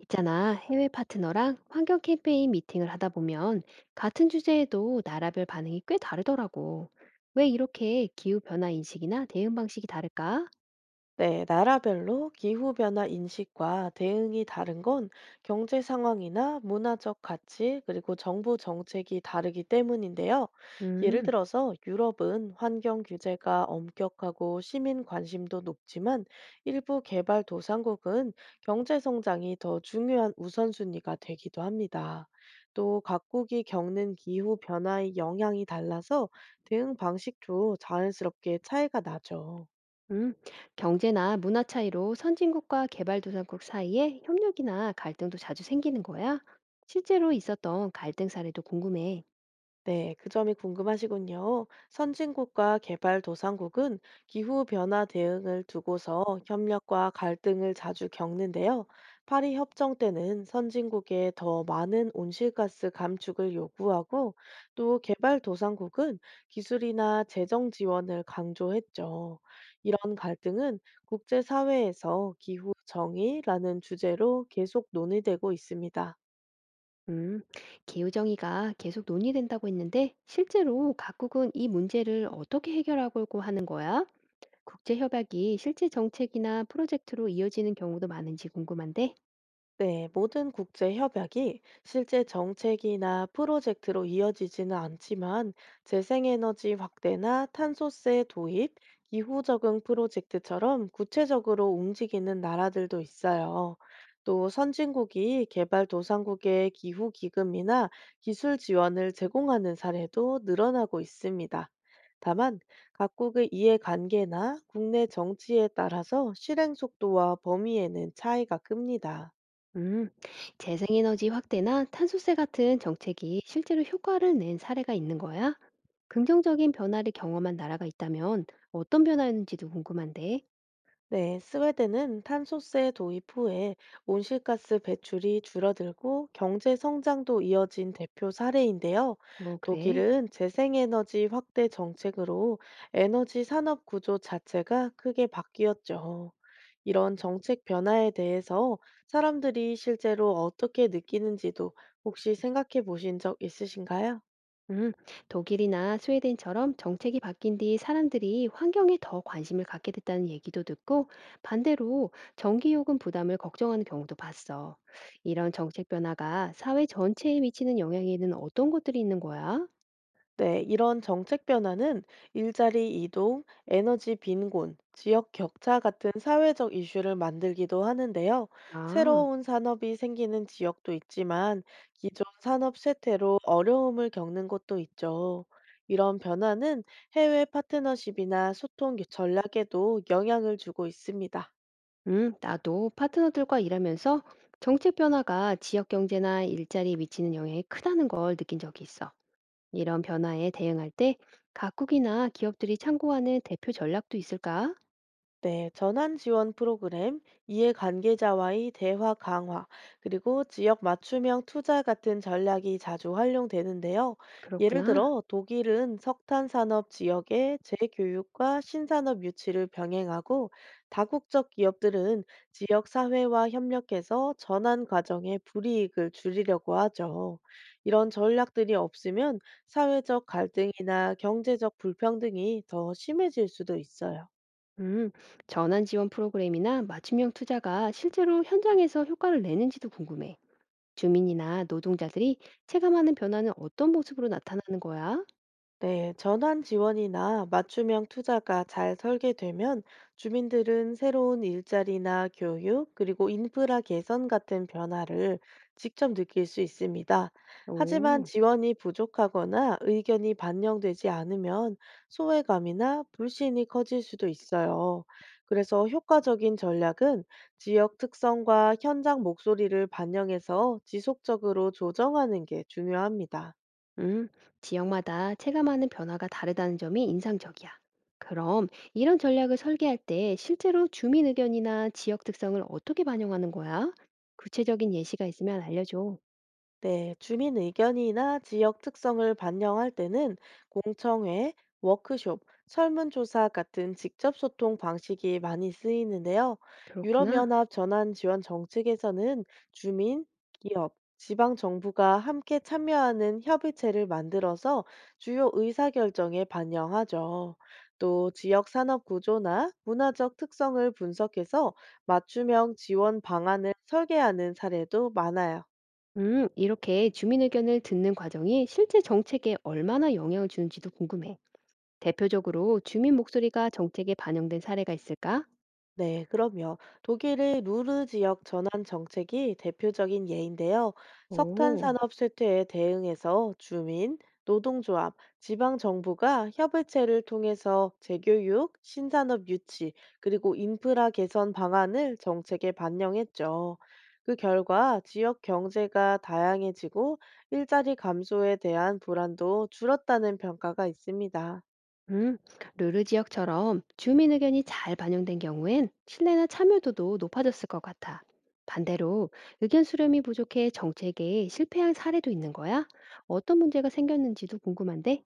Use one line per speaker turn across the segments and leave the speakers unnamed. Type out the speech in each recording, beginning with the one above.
있잖아, 해외 파트너랑 환경 캠페인 미팅을 하다 보면 같은 주제에도 나라별 반응이 꽤 다르더라고. 왜 이렇게 기후변화 인식이나 대응 방식이 다를까?
네, 나라별로 기후변화 인식과 대응이 다른 건 경제 상황이나 문화적 가치, 그리고 정부 정책이 다르기 때문인데요. 예를
음,
들어서 유럽은 환경 규제가 엄격하고 시민 관심도 높지만 일부 개발도상국은 경제 성장이 더 중요한 우선순위가 되기도 합니다. 또 각국이 겪는 기후 변화의 영향이 달라서 대응 방식도 자연스럽게 차이가 나죠.
음. 경제나 문화 차이로 선진국과 개발도상국 사이에 협력이나 갈등도 자주 생기는 거야? 실제로 있었던 갈등 사례도 궁금해.
네, 그 점이 궁금하시군요. 선진국과 개발도상국은 기후변화 대응을 두고서 협력과 갈등을 자주 겪는데요. 파리 협정 때는 선진국에 더 많은 온실가스 감축을 요구하고 또 개발도상국은 기술이나 재정 지원을 강조했죠. 이런 갈등은 국제사회에서 기후 정의라는 주제로 계속 논의되고 있습니다.
음, 기후정의가 계속 논의된다고 했는데 실제로 각국은 이 문제를 어떻게 해결하고 하는 거야? 국제 협약이 실제 정책이나 프로젝트로 이어지는 경우도 많은지 궁금한데,
네, 모든 국제 협약이 실제 정책이나 프로젝트로 이어지지는 않지만 재생에너지 확대나 탄소세 도입, 기후 적응 프로젝트처럼 구체적으로 움직이는 나라들도 있어요. 또 선진국이 개발도상국의 기후 기금이나 기술 지원을 제공하는 사례도 늘어나고 있습니다. 다만 각국의 이해관계나 국내 정치에 따라서 실행 속도와 범위에는 차이가 큽니다.
음, 재생에너지 확대나 탄소세 같은 정책이 실제로 효과를 낸 사례가 있는 거야? 긍정적인 변화를 경험한 나라가 있다면 어떤 변화였는지도 궁금한데,
네, 스웨덴은 탄소세 도입 후에 온실가스 배출이 줄어들고 경제 성장도 이어진 대표 사례인데요.
어, 그래.
독일은 재생에너지 확대 정책으로 에너지 산업 구조 자체가 크게 바뀌었죠. 이런 정책 변화에 대해서 사람들이 실제로 어떻게 느끼는지도 혹시 생각해 보신 적 있으신가요?
음, 독일이나 스웨덴처럼 정책이 바뀐 뒤 사람들이 환경에 더 관심을 갖게 됐다는 얘기도 듣고 반대로 전기요금 부담을 걱정하는 경우도 봤어. 이런 정책 변화가 사회 전체에 미치는 영향에는 어떤 것들이 있는 거야?
네, 이런 정책 변화는 일자리 이동, 에너지 빈곤, 지역 격차 같은 사회적 이슈를 만들기도 하는데요.
아,
새로운 산업이 생기는 지역도 있지만 기존 산업 쇠퇴로 어려움을 겪는 곳도 있죠. 이런 변화는 해외 파트너십이나 소통 전략에도 영향을 주고 있습니다.
나도 파트너들과 일하면서 정책 변화가 지역 경제나 일자리에 미치는 영향이 크다는 걸 느낀 적이 있어. 이런 변화에 대응할 때 각국이나 기업들이 참고하는 대표 전략도 있을까?
네, 전환 지원 프로그램, 이해관계자와의 대화 강화, 그리고 지역 맞춤형 투자 같은 전략이 자주 활용되는데요. 예를
그렇구나.
들어, 독일은 석탄 산업 지역의 재교육과 신산업 유치를 병행하고, 다국적 기업들은 지역 사회와 협력해서 전환 과정의 불이익을 줄이려고 하죠. 이런 전략들이 없으면 사회적 갈등이나 경제적 불평등이 더 심해질 수도 있어요.
음, 전환 지원 프로그램이나 맞춤형 투자가 실제로 현장에서 효과를 내는지도 궁금해. 주민이나 노동자들이 체감하는 변화는 어떤 모습으로 나타나는 거야?
네, 전환 지원이나 맞춤형 투자가 잘 설계되면 주민들은 새로운 일자리나 교육, 그리고 인프라 개선 같은 변화를 직접 느낄 수 있습니다. 하지만
오,
지원이 부족하거나 의견이 반영되지 않으면 소외감이나 불신이 커질 수도 있어요. 그래서 효과적인 전략은 지역 특성과 현장 목소리를 반영해서 지속적으로 조정하는 게 중요합니다.
음, 지역마다 체감하는 변화가 다르다는 점이 인상적이야. 그럼 이런 전략을 설계할 때 실제로 주민 의견이나 지역 특성을 어떻게 반영하는 거야? 구체적인 예시가 있으면 알려줘.
네, 주민 의견이나 지역 특성을 반영할 때는 공청회, 워크숍, 설문조사 같은 직접 소통 방식이 많이 쓰이는데요.
그렇구나.
유럽연합 전환 지원 정책에서는 주민, 기업, 지방 정부가 함께 참여하는 협의체를 만들어서 주요 의사결정에 반영하죠. 또 지역 산업 구조나 문화적 특성을 분석해서 맞춤형 지원 방안을 설계하는 사례도 많아요.
이렇게 주민 의견을 듣는 과정이 실제 정책에 얼마나 영향을 주는지도 궁금해. 대표적으로 주민 목소리가 정책에 반영된 사례가 있을까?
네, 그럼요. 독일의 루르 지역 전환 정책이 대표적인 예인데요. 석탄
오,
산업 쇠퇴에 대응해서 주민, 노동조합, 지방 정부가 협의체를 통해서 재교육, 신산업 유치, 그리고 인프라 개선 방안을 정책에 반영했죠. 그 결과 지역 경제가 다양해지고 일자리 감소에 대한 불안도 줄었다는 평가가 있습니다.
음, 루르 지역처럼 주민 의견이 잘 반영된 경우엔 신뢰나 참여도도 높아졌을 것 같아. 반대로 의견 수렴이 부족해 정책에 실패한 사례도 있는 거야? 어떤 문제가 생겼는지도 궁금한데?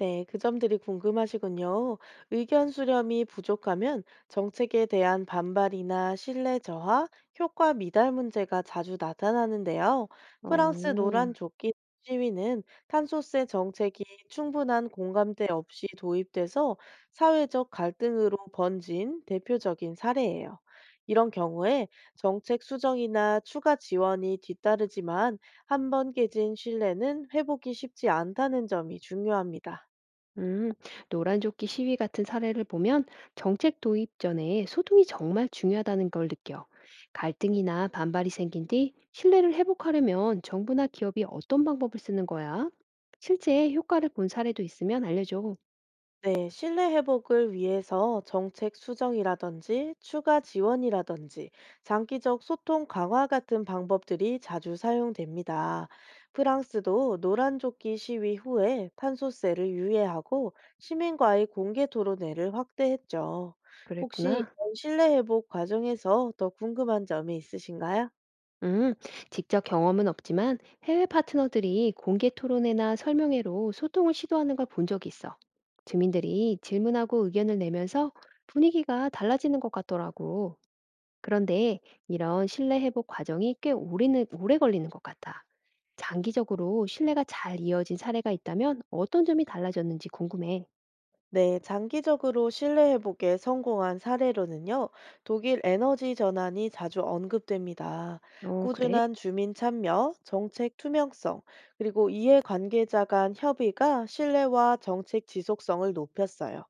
네, 그 점들이 궁금하시군요. 의견 수렴이 부족하면 정책에 대한 반발이나 신뢰 저하, 효과 미달 문제가 자주 나타나는데요. 프랑스
어.
노란 조끼 시위는 탄소세 정책이 충분한 공감대 없이 도입돼서 사회적 갈등으로 번진 대표적인 사례예요. 이런 경우에 정책 수정이나 추가 지원이 뒤따르지만 한 번 깨진 신뢰는 회복이 쉽지 않다는 점이 중요합니다.
음, 노란조끼 시위 같은 사례를 보면 정책 도입 전에 소통이 정말 중요하다는 걸 느껴. 갈등이나 반발이 생긴 뒤 신뢰를 회복하려면 정부나 기업이 어떤 방법을 쓰는 거야? 실제 효과를 본 사례도 있으면 알려줘.
네, 신뢰 회복을 위해서 정책 수정이라든지 추가 지원이라든지 장기적 소통 강화 같은 방법들이 자주 사용됩니다. 프랑스도 노란조끼 시위 후에 탄소세를 유예하고 시민과의 공개 토론회를 확대했죠. 혹시
그랬구나.
이런 신뢰 회복 과정에서 더 궁금한 점이 있으신가요?
음, 직접 경험은 없지만 해외 파트너들이 공개 토론회나 설명회로 소통을 시도하는 걸 본 적이 있어. 주민들이 질문하고 의견을 내면서 분위기가 달라지는 것 같더라고. 그런데 이런 신뢰 회복 과정이 꽤 오래 걸리는 것 같아. 장기적으로 신뢰가 잘 이어진 사례가 있다면 어떤 점이 달라졌는지 궁금해.
네, 장기적으로 신뢰 회복에 성공한 사례로는요, 독일 에너지 전환이 자주 언급됩니다.
어, 그래?
꾸준한 주민 참여, 정책 투명성, 그리고 이해 관계자 간 협의가 신뢰와 정책 지속성을 높였어요.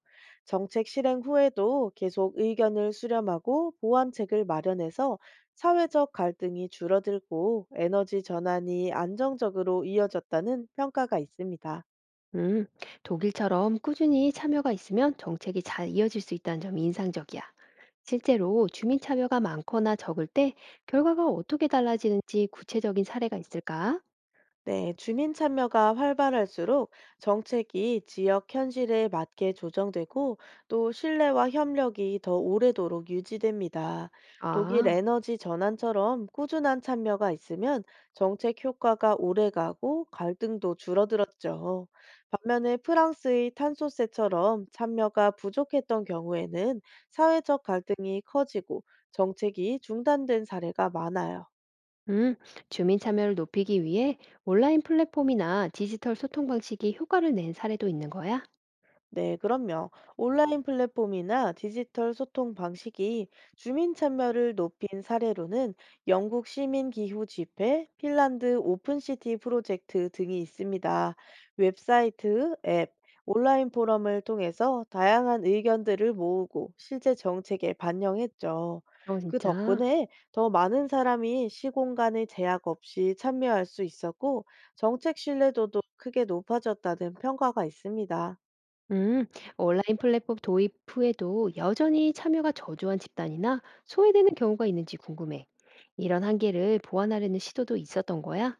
정책 실행 후에도 계속 의견을 수렴하고 보완책을 마련해서 사회적 갈등이 줄어들고 에너지 전환이 안정적으로 이어졌다는 평가가 있습니다.
음, 독일처럼 꾸준히 참여가 있으면 정책이 잘 이어질 수 있다는 점이 인상적이야. 실제로 주민 참여가 많거나 적을 때 결과가 어떻게 달라지는지 구체적인 사례가 있을까?
네, 주민 참여가 활발할수록 정책이 지역 현실에 맞게 조정되고 또 신뢰와 협력이 더 오래도록 유지됩니다. 독일
아,
에너지 전환처럼 꾸준한 참여가 있으면 정책 효과가 오래가고 갈등도 줄어들었죠. 반면에 프랑스의 탄소세처럼 참여가 부족했던 경우에는 사회적 갈등이 커지고 정책이 중단된 사례가 많아요.
음, 주민 참여를 높이기 위해 온라인 플랫폼이나 디지털 소통 방식이 효과를 낸 사례도 있는 거야?
네, 그럼요. 온라인 플랫폼이나 디지털 소통 방식이 주민 참여를 높인 사례로는 영국 시민 기후 집회, 핀란드 오픈 시티 프로젝트 등이 있습니다. 웹사이트, 앱, 온라인 포럼을 통해서 다양한 의견들을 모으고 실제 정책에 반영했죠.
어
그
진짜?
덕분에 더 많은 사람이 시공간의 제약 없이 참여할 수 있었고, 정책 신뢰도도 크게 높아졌다는 평가가 있습니다.
음. 온라인 플랫폼 도입 후에도 여전히 참여가 저조한 집단이나 소외되는 경우가 있는지 궁금해. 이런 한계를 보완하려는 시도도 있었던 거야?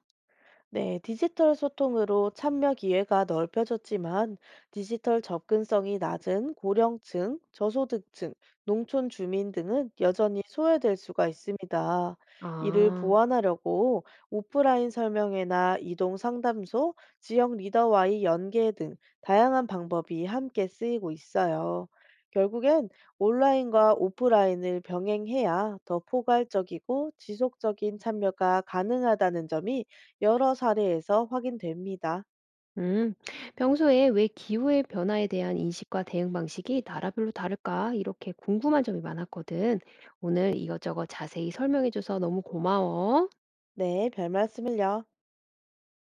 네, 디지털 소통으로 참여 기회가 넓혀졌지만 디지털 접근성이 낮은 고령층, 저소득층, 농촌 주민 등은 여전히 소외될 수가 있습니다. 이를
아.
보완하려고 오프라인 설명회나 이동 상담소, 지역 리더와의 연계 등 다양한 방법이 함께 쓰이고 있어요. 결국엔 온라인과 오프라인을 병행해야 더 포괄적이고 지속적인 참여가 가능하다는 점이 여러 사례에서 확인됩니다.
음. 평소에 왜 기후의 변화에 대한 인식과 대응 방식이 나라별로 다를까? 이렇게 궁금한 점이 많았거든. 오늘 이것저것 자세히 설명해 줘서 너무 고마워.
네, 별 말씀을요.